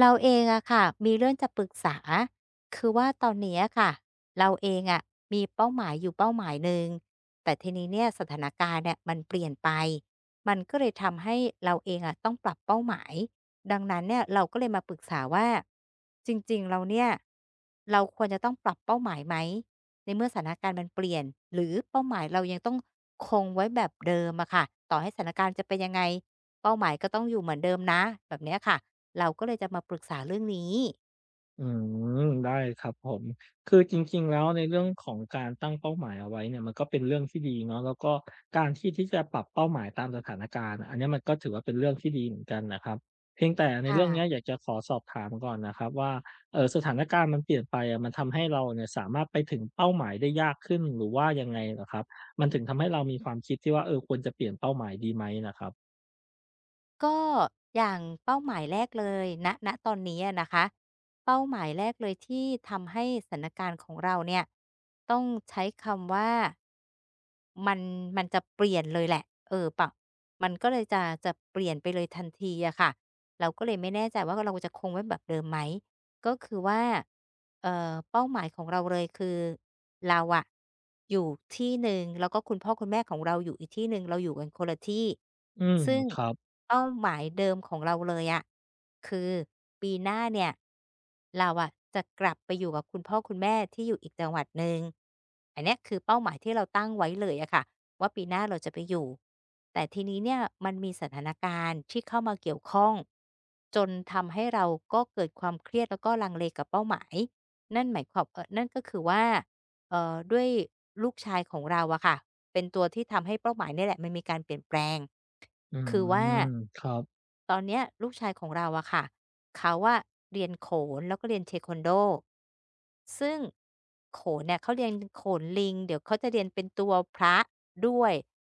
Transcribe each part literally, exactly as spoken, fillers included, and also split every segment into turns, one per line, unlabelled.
เราเองอะค่ะมีเรื่องจะปรึกษาคือว่าตอนเนี้ยค่ะเราเองอะมีเป้าหมายอยู่เป้าหมายหนึ่งแต่ทีนี้เนี่ยสถานการณ์เนี่ยมันเปลี่ยนไปมันก็เลยทำให้เราเองอะต้องปรับเป้าหมายดังนั้นเนี่ยเราก็เลยมาปรึกษาว่าจริงๆเราเนี่ยเราควรจะต้องปรับเป้าหมายไหมในเมื่อสถานการณ์มันเปลี่ยนหรือเป้าหมายเรายังต้องคงไว้แบบเดิมอะค่ะต่อให้สถานการณ์จะเป็นยังไง เป้าหมายก็ต้องอยู่เหมือนเดิมนะแบบเนี้ยค่ะเราก็เลยจะมาปรึกษาเรื่องนี้
อืมได้ครับผมคือจริงๆแล้วในเรื่องของการตั้งเป้าหมายเอาไว้เนี่ยมันก็เป็นเรื่องที่ดีเนาะแล้วก็การที่ที่จะปรับเป้าหมายตามสถานการณ์อันเนี้ยมันก็ถือว่าเป็นเรื่องที่ดีเหมือนกันนะครับเพียงแต่ในเรื่องเนี้ยอ
ค่ะ
ยากจะขอสอบถามก่อนนะครับว่าเอ่อสถานการณ์มันเปลี่ยนไปอะมันทำให้เราเนี่ยสามารถไปถึงเป้าหมายได้ยากขึ้นหรือว่ายังไงเหรอครับมันถึงทำให้เรามีความคิดที่ว่าเออควรจะเปลี่ยนเป้าหมายดีไหมน่ะครับ
ก็อย่างเป้าหมายแรกเลยณณตอนนี้อะนะคะเป้าหมายแรกเลยที่ทำให้สถานการณ์ของเราเนี่ยต้องใช้คำว่ามันมันจะเปลี่ยนเลยแหละเออปะมันก็เลยจะจะเปลี่ยนไปเลยทันทีอะค่ะเราก็เลยไม่แน่ใจว่าเราจะคงไว้แบบเดิมไหมก็คือว่าเอ่อเป้าหมายของเราเลยคือ เราอะอยู่ที่หนึ่งแล้วก็คุณพ่อคุณแม่ของเราอยู่อีกที่หนึ่งเราอยู่กันคนละที่
อืม
ซึ่ง
ครับ
เป้าหมายเดิมของเราเลยอะคือปีหน้าเนี่ยเราอะจะกลับไปอยู่กับคุณพ่อคุณแม่ที่อยู่อีกจังหวัดหนึ่งอันเนี้ยคือเป้าหมายที่เราตั้งไว้เลยอะค่ะว่าปีหน้าเราจะไปอยู่แต่ทีนี้เนี่ยมันมีสถานการณ์ที่เข้ามาเกี่ยวข้องจนทำให้เราก็เกิดความเครียดแล้วก็ลังเลกับเป้าหมายนั่นหมายความเอ่อนั่นก็คือว่า เอ่อด้วยลูกชายของเราอะค่ะเป็นตัวที่ทำให้เป้าหมายเนี่ยแหละมันมีการเปลี่ยนแปลง
อื
คือว่า
มครับ
ตอนเนี้ยลูกชายของเราอะค่ะเขาว่าเรียนโขนแล้วก็เรียนเทควันโดซึ่งโขนเนี่ยเขาเรียนโขนลิงเดี๋ยวเขาจะเรียนเป็นตัวพระด้วย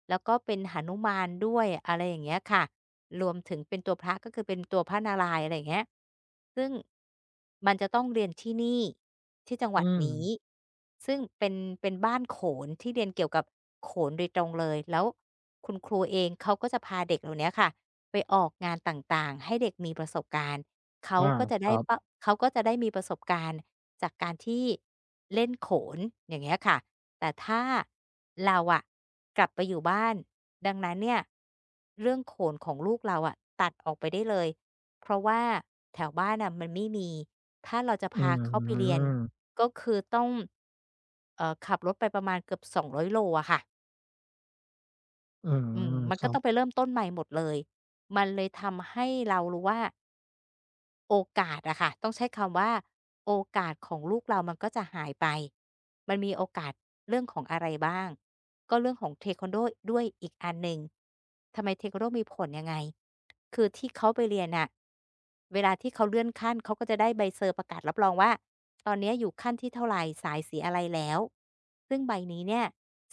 แล้วก็เป็นหนุมานด้วยอะไรอย่างเงี้ยค่ะรวมถึงเป็นตัวพระก็คือเป็นตัวพระนารายณ์อะไรอย่างเงี้ยซึ่งมันจะต้องเรียนที่นี่ ที่จังห
อื
วัด
ม
นี้ซึ่งเป็นเป็นบ้านโขนที่เรียนเกี่ยวกับโขนโดยตรงเลยแล้วคุณครูเองเขาก็จะพาเด็กเหล่าเนี้ยค่ะไปออกงานต่างๆให้เด็กมีประสบการณ์เขา
อา
ก็จะ
ค
ได้
รับ
เป้าเขาก็จะได้มีประสบการณ์จากการที่เล่นโขนอย่างเงี้ยค่ะแต่ถ้าเราอะกลับไปอยู่บ้านดังนั้นเนี่ยเรื่องโขนของลูกเราอะตัดออกไปได้เลย เพราะว่าแถวบ้านน่ะมันไม่มี ถ้าเราจะ
อื
พาเขาไปเรียน
ม
ก็คือต้องเอ่อขับรถไปประมาณเกือบสองร้อยโลอะค่ะ
อื
อืม
ม
มัน
ค
ก็
รับ
ต้องไปเริ่มต้นใหม่หมดเลย มันเลยทำให้เรารู้ว่า โอกาสอะค่ะต้องใช้คำว่าโอกาสของลูกเรามันก็จะหายไปมันมีโอกาสเรื่องของอะไรบ้างก็เรื่องของเทควันโดด้วยอีกอันหนึ่งทำไมเทควันโดมีผลยังไงคือที่เขาไปเรียนน่ะเวลาที่เขาเลื่อนขั้นเขาก็จะได้ใบเซอร์ประกาศรับรองว่าตอนเนี้ยอยู่ขั้นที่เท่าไหรสายสีอะไรแล้วซึ่งใบนี้เนี่ย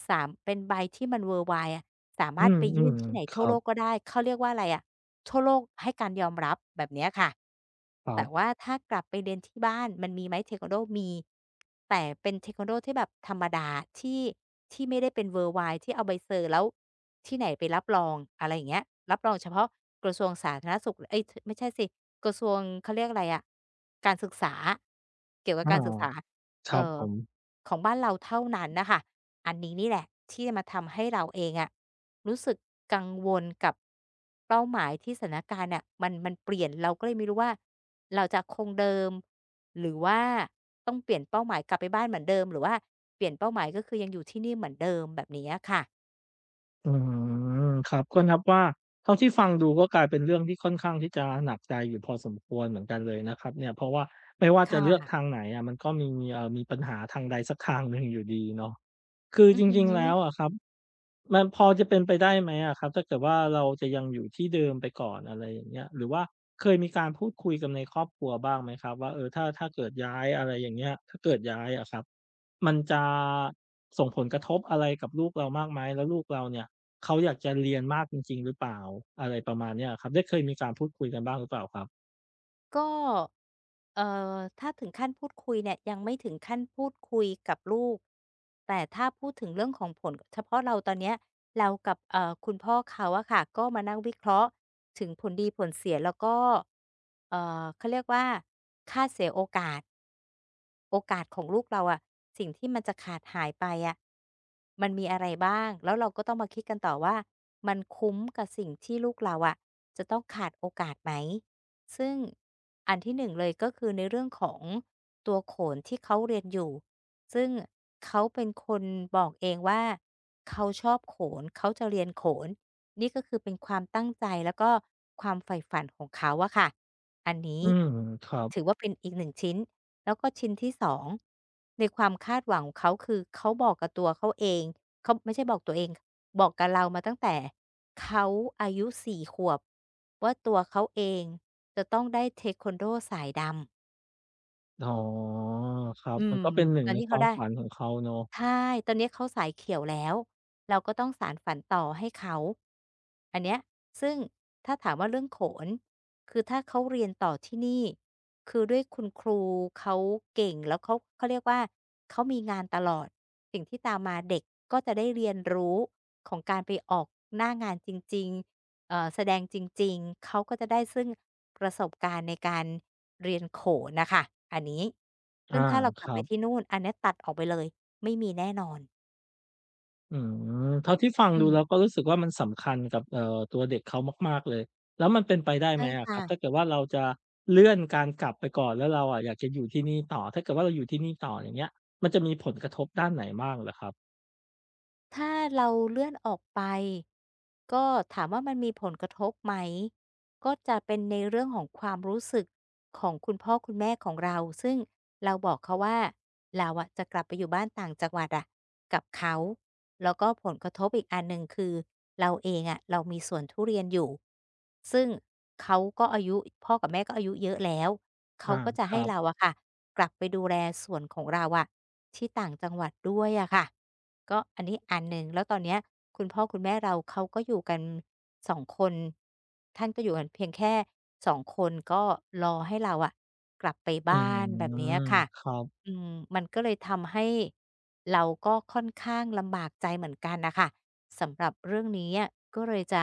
สามเป็นใบที่มัน worldwide อะสา
อื
มารถ
ม
ไป
อื
ยื่
ม
นที่ไหน
ค
ทั่ว
รั
โล
บ
กก็ได้เขาเรียกว่าอะไรอะทั่วโลกให้การยอมรับแบบเนี้ยค่ะ
ครั
แต่
บ
ว่าถ้ากลับไปเรียนที่บ้านมันมีไหมเทควันโดมีแต่เป็นเทควันโดที่แบบธรรมดาที่ที่ไม่ได้เป็น Worldwide ที่เอาใบเซอร์แล้วที่ไหนไปรับรองอะไรอย่างเงี้ยรับรองเฉพาะกระทรวงสาธารณสุขเอ๊ยไม่ใช่สิกระทรวงเขาเรียกอะไรอะการศึกษาเกี่ยวกับ
อา
การศึกษา
ค
เอ
รับ
อ
ผม
ของบ้านเราเท่านั้นนะคะ อันนี้นี่แหละที่จะมาทำให้เราเองอะรู้สึกกังวลกับเป้าหมายที่สถานการณ์น่ะมันมันเปลี่ยนเราก็เลยไม่รู้ว่าเราจะคงเดิมหรือว่าต้องเปลี่ยนเป้าหมายกลับไปบ้านเหมือนเดิมหรือว่าเปลี่ยนเป้าหมายก็คือยังอยู่ที่นี่เหมือนเดิมแบบนี้อะค่ะ
อืมครับก็นับว่าเท่าที่ฟังดูก็กลายเป็นเรื่องที่ค่อนข้างที่จะหนักใจอยู่พอสมควรเหมือนกันเลยนะครับเนี่ยเพราะว่าไม่ว่า
ค
จะเลือกทาง
่ะ
ไหนอะมันก็มีเอ่อมีปัญหาทางใดสักทางหนึ่งอยู่ดีเนาะ คือ
อื
จ
อหื
ริงๆ
อ
แล้วอะครับมันพอจะเป็นไปได้ไหมอะครับถ้าเกิดว่าเราจะยังอยู่ที่เดิมไปก่อนอะไรอย่างเงี้ยหรือว่าเคยมีการพูดคุยกันในครอบครัวบ้างไหมครับว่าเออถ้าถ้าเกิดย้ายอะไรอย่างเงี้ยถ้าเกิดย้ายอะครับมันจะส่งผลกระทบอะไรกับลูกเรามากไหมแล้วลูกเราเนี่ยเขาอยากจะเรียนมากจริงๆหรือเปล่าอะไรประมาณเนี้ยอะครับได้เคยมีการพูดคุยกันบ้างหรือเปล่าครับ
ก็เอ่อถ้าถึงขั้นพูดคุยเนี่ยยังไม่ถึงขั้นพูดคุยกับลูกแต่ถ้าพูดถึงเรื่องของผลเฉพาะเราตอนเนี้ยเรากับเอ่อคุณพ่อเขาอะค่ะก็มานั่งวิเคราะห์ถึงผลดีผลเสียแล้วก็เอ่อเขาเรียกว่าค่าเสียโอกาส โอกาสของลูกเราอะสิ่งที่มันจะขาดหายไปอะมันมีอะไรบ้างแล้วเราก็ต้องมาคิดกันต่อว่ามันคุ้มกับสิ่งที่ลูกเราอะจะต้องขาดโอกาสไหมซึ่งอันที่หนึ่งเลยก็คือในเรื่องของตัวโขนที่เขาเรียนอยู่ซึ่งเขาเป็นคนบอกเองว่าเขาชอบโขนเขาจะเรียนโขนนี่ก็คือเป็นความตั้งใจแล้วก็ความใฝ่ฝันของเขาอะค่ะอันนี้
อืมครั
ถื
บ
อว่าเป็นอีกหนึ่งชิ้น แล้วก็ชิ้นที่สองในความคาดหวังของเขาคือเขาบอกกับตัวเขาเองเขาไม่ใช่บอกตัวเองบอกกับเรามาตั้งแต่เขาอายุสี่ขวบว่าตัวเขาเองจะต้องได้เทควันโดสายดำ
อ๋อครับ
อื
มัน
ม
ก็เป็นหนึ่ง
ตอน
ใน
นี้
ค
เขา
วาม
ได้
ฝันของเขาเนาะ
ใช่ตอนนี้เขาสายเขียวแล้ว เราก็ต้องสานฝันต่อให้เขา อันเนี้ย ซึ่งถ้าถามว่าเรื่องโขน คือถ้าเขาเรียนต่อที่นี่ คือด้วยคุณครูเขาเก่งแล้วเขาเขาเรียกว่าเขามีงานตลอดสิ่งที่ตามมาเด็กก็จะได้เรียนรู้ของการไปออกหน้างานจริงๆเอ่อแสดงจริงๆเขาก็จะได้ซึ่งประสบการณ์ในการเรียนโขนน่ะค่ะอันนี้
อา
ซึ่งถ้าเราก
ค
ลับ
รั
ไป
บ
ที่นู่นอันเนี้ยตัดออกไปเลย ไม่มีแน่นอน
อืมเท่าที่ฟัง
อื
ดูแล้วก็
ม
รู้สึกว่ามันสำคัญกับเอ่อตัวเด็กเขามากๆเลยแล้วมันเป็นไปได้ไห
ใช่
มอะครับถ้า
ค่ะ
เกิดว่าเราจะเลื่อนการกลับไปก่อนแล้วเราอะอยากจะอยู่ที่นี่ต่อถ้าเกิดว่าเราอยู่ที่นี่ต่ออย่างเงี้ยมันจะมีผลกระทบด้านไหนบ้างเหรอครับ
ถ้าเราเลื่อนออกไปก็ถามว่ามันมีผลกระทบไหมก็จะเป็นในเรื่องของความรู้สึกของคุณพ่อคุณแม่ของเราซึ่งเราบอกเขาว่าเราอะจะกลับไปอยู่บ้านต่างจังหวัดอะกับเขาแล้วก็ผลกระทบอีกอันหนึ่งคือเราเองอะเรามีสวนทุเรียนอยู่ซึ่งเขาก็อายุพ่อกับแม่ก็อายุเยอะแล้วเขา
อา
ก็จะ
ค
ให้
รับ
เราอะค่ะกลับไปดูแลสวนของเราอะที่ต่างจังหวัดด้วยอะค่ะ ก็อันนี้อันหนึ่งแล้วตอนเนี้ยคุณพ่อคุณแม่เราเขาก็อยู่กันสองคนท่านก็อยู่กันเพียงแค่สองคนก็รอให้เราอะกลับไป
อื
บ้านแบบ
ม
เนี้ยค่ะ
ครับ
อืมมันก็เลยทำให้เราก็ค่อนข้างลำบากใจเหมือนกันน่ะค่ะสำหรับเรื่องนี้อะก็เลยจะ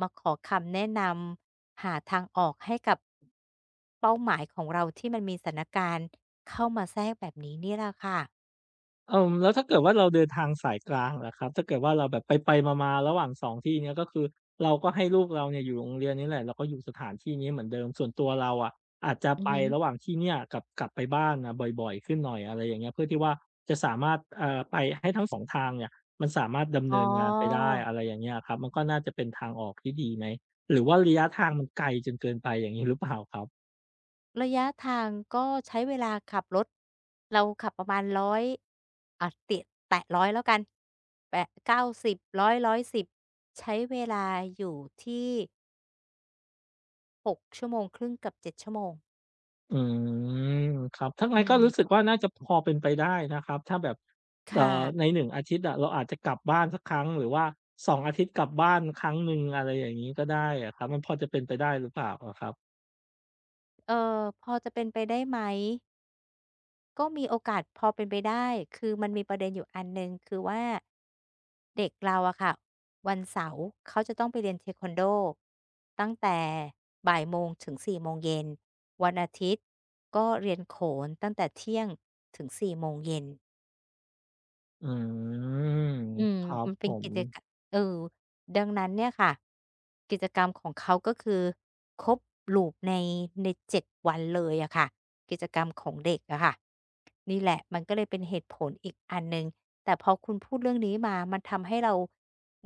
มาขอคำแนะนำหาทางออกให้กับเป้าหมายของเราที่มันมีสถานการณ์เข้ามาแทรกแบบนี้นี่แหละค่ะ
เอ่อแล้วถ้าเกิดว่าเราเดินทางสายกลางล่ะครับถ้าเกิดว่าเราแบบไปๆมาๆระหว่างสองที่เนี้ยก็คือเราก็ให้ลูกเราเนี่ยอยู่โรงเรียนนี้แหละแล้วก็อยู่สถานที่นี้เหมือนเดิมส่วนตัวเราอะอาจจะ
อื
ไป
อฮึ
ระหว่างที่เนี่ยกับกลับไปบ้านอะบ่อยๆขึ้นหน่อยอะไรอย่างเงี้ยเพื่อที่ว่าจะสามารถเอ่อไปให้ทั้งสองทางเนี่ยมันสามารถดำ
อ๋อ
เนินงานไปได้อะไรอย่างเงี้ยอะครับมันก็น่าจะเป็นทางออกที่ดีไหมหรือว่าระยะทางมันไกลจนเกินไปอย่างงี้หรือเปล่าครับ
ระยะทางก็ใช้เวลาขับรถเราขับประมาณร้อยอยอ่าเตียแตะร้อยแล้วกันแปะ90้าสิบร้อยร้อยสหนึ่ง ศูนย์ใช้เวลาอยู่ที่หกชั่วโมงครึ่งกับเจ็ดชั่วโมง
อืมครับถ้า
อื
งั้นก็รู้สึก
ม
ว่าน่าจะพอเป็นไปได้นะครับถ้าแบบ
ค
เอ่อใน
่ะ
หนึ่งอาทิตย์อะเราอาจจะกลับบ้านสักครั้งหรือว่าสององอาทิตย์กลับบ้านครั้งหนึ่งอะไรอย่างงี้ก็ได้อะครับมันพอจะเป็นไปได้หรือเปล่าอะครับ
เอ่อพอจะเป็นไปได้ไหม ก็มีโอกาสพอเป็นไปได้ คือมันมีประเด็นอยู่อันหนึ่งคือว่าเด็กเราอะค่ะวันเสาร์เขาจะต้องไปเรียนเทควันโดตั้งแต่บ่ายโมงถึงสี่โมงเย็นวันอาทิตย์ก็เรียนโขนตั้งแต่เที่ยงถึงสี่โมงเย็น
อืม
อืม
ครับ
มัน
ผ
เป็น
ม
กิจกรรมเออดังนั้นเนี่ยค่ะกิจกรรมของเขาก็คือครบ loop ในในเจ็ดวันเลยอะค่ะกิจกรรมของเด็กอะค่ะนี่แหละมันก็เลยเป็นเหตุผลอีกอันหนึ่งแต่พอคุณพูดเรื่องนี้มามันทำให้เรา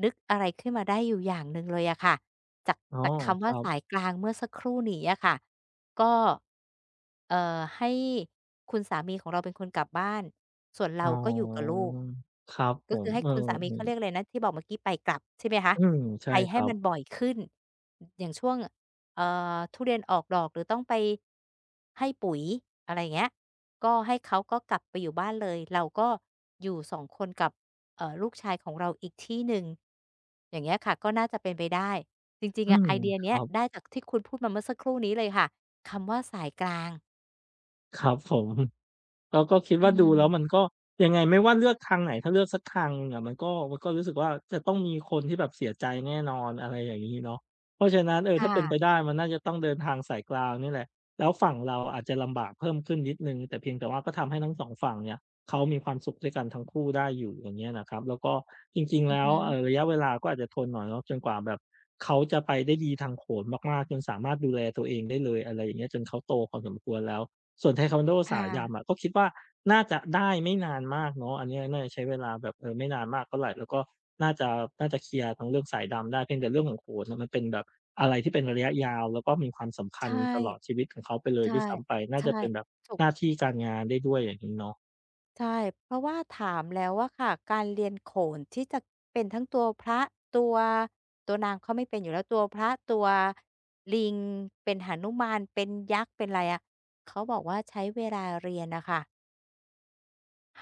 นึกอะไรขึ้นมาได้อยู่อย่างหนึ่งเลยอะค่ะจาก
อ๋อ
จากคำ
ค
ว่า
รั
สาย
บ
กลางเมื่อสักครู่นี้อะค่ะ ก็เอ่อให้คุณสามีของเราเป็นคนกลับบ้านส่วน
อ๋
เราก็อยู่กับ
อ
ลูก
ครับผ
ก็คื
ม
อให้
เออ
คุณสามีเขา
ๆ
เรียกอะไรนะที่บอกเมื่อกี้ไปกลับใช่ไหมคะ
อืม
ไป
ใช่ค
ให้
รั
มัน
บ
บ่อยขึ้นอย่างช่วงเอ่อทุเรียนออกดอกหรือต้องไปให้ปุ๋ยอะไรอย่างเงี้ยก็ให้เขาก็กลับไปอยู่บ้านเลยเราก็อยู่สองคนกับเอ่อลูกชายของเราอีกที่หนึ่งอย่างเงี้ยค่ะก็น่าจะเป็นไปได้จริง
อื
ๆอะ
ม
ไอเดีย
ค
เนี้
รั
ย
บ
ได้จากที่คุณพูดมาเมื่อสักครู่นี้เลยค่ะ คำว่าสายกลาง
ครับผม เราก็คิด
อื
ว่าดูแล้วมัน
ม
ก็ยังไงไม่ว่าเลือกทางไหนถ้าเลือกสักทางหนึ่งอะมันก็มันก็รู้สึกว่าจะต้องมีคนที่แบบเสียใจแน่นอนอะไรอย่างงี้เนาะเพราะฉะนั้นเออถ้า
ค่ะ
เป็นไปได้มันน่าจะต้องเดินทางสายกลางนี่แหละแล้วฝั่งเราอาจจะลำบากเพิ่มขึ้นนิดหนึ่งแต่เพียงแต่ว่าก็ทำให้ทั้งสองฝั่งเนี่ยเขามีความสุขด้วยกันทั้งคู่ได้อยู่อย่างเงี้ยนะครับแล้วก็จริงๆ
อือ
แล้ว
ฮึ
เอ่อระยะเวลาก็อาจจะทนหน่อยเนาะจนกว่าแบบเขาจะไปได้ดีทางโขนมากๆจนสามารถดูแลตัวเองได้เลยอะไรอย่างเงี้ยจนเขาโตพอสมควรแล้ว ส่วนไทควันโดสา
ค่
ยยำอะ
ะ
ก็คิดว่าน่าจะได้ไม่นานมากเนาะอันเนี้ยน่าจะใช้เวลาแบบเออไม่นานมากเท่าไรแล้วก็น่าจะน่าจะเคลียร์ทั้งเรื่องสายดำได้เพียงแต่เรื่องของโขนน่ะมันเป็นแบบอะไรที่เป็นระยะยาวแล้วก็มีความสำคัญ
ใช่
ตลอดชีวิตของเขาไปเลย
ใช่
ด้วยซ้ำไปน่า
ใช่
จะเป็นแบบ
ถู
ห
ก
น้าที่การงานได้ด้วยอย่างงี้เนาะ
ใช่เพราะว่าถามแล้วอะค่ะการเรียนโขนที่จะเป็นทั้งตัวพระตัวตัวนางเขาไม่เป็นอยู่แล้วตัวพระตัวลิงเป็นหนุมานเป็นยักษ์เป็นอะไรอะเขาบอกว่าใช้เวลาเรียนน่ะค่ะ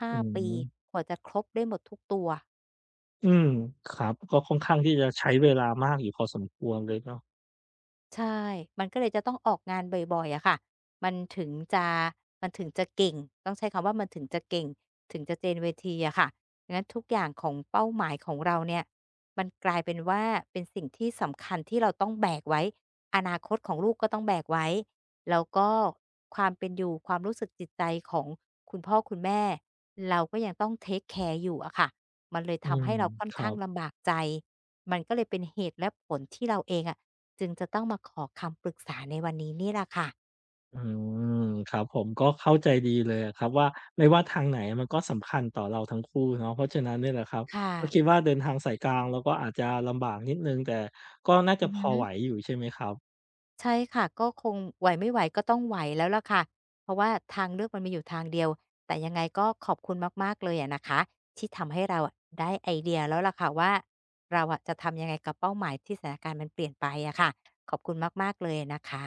ห้า
อื
ปี
ม
กว่าจะครบได้หมดทุกตัว
อืมครับก็ค่อนข้างที่จะใช้เวลามากอยู่พอสมควรเลยเนาะ
ใช่มันก็เลยจะต้องออกงานบ่อยๆอะค่ะมันถึงจะมันถึงจะเก่งต้องใช้คำว่ามันถึงจะเก่ง ถึงจะเจนเวทีอะค่ะดังนั้นทุกอย่างของเป้าหมายของเราเนี่ยมันกลายเป็นว่าเป็นสิ่งที่สำคัญที่เราต้องแบกไว้อนาคตของลูกก็ต้องแบกไว้แล้วก็ความเป็นอยู่ความรู้สึกจิตใจของคุณพ่อคุณแม่ เราก็ยังต้องเทกแคร์อยู่อะค่ะมันเลย
อื
ทำ
ม
ให้เราค่อน
ครั
ข้าง
บ
ลำบากใจ มันก็เลยเป็นเหตุและผลที่เราเองอะ จึงจะต้องมาขอคำปรึกษาในวันนี้นี่แหละค่ะ
อืมครับผมก็เข้าใจดีเลยอะครับว่าไม่ว่าทางไหนมันก็สำคัญต่อเราทั้งคู่เนาะเพราะฉะนั้นเนี่ยแหละครับ
ค่ะ
ก็คิดว่าเดินทางสายกลางเราก็อาจจะลำบากนิดหนึ่งแต่ก็น่าจะ
อือ
พอ
ฮึ
ไหวอยู่ใช่ไหมครับ
ใช่ค่ะก็คงไหวไม่ไหวก็ต้องไหวแล้วล่ะค่ะเพราะว่าทางเลือกมันมีอยู่ทางเดียวแต่ยังไงก็ขอบคุณมากๆเลยอะนะคะ ที่ทำให้เราอะได้ไอเดียแล้วล่ะค่ะว่าเราอะจะทำยังไงกับเป้าหมายที่สถานการณ์มันเปลี่ยนไปอะค่ะขอบคุณมากๆเลยนะคะ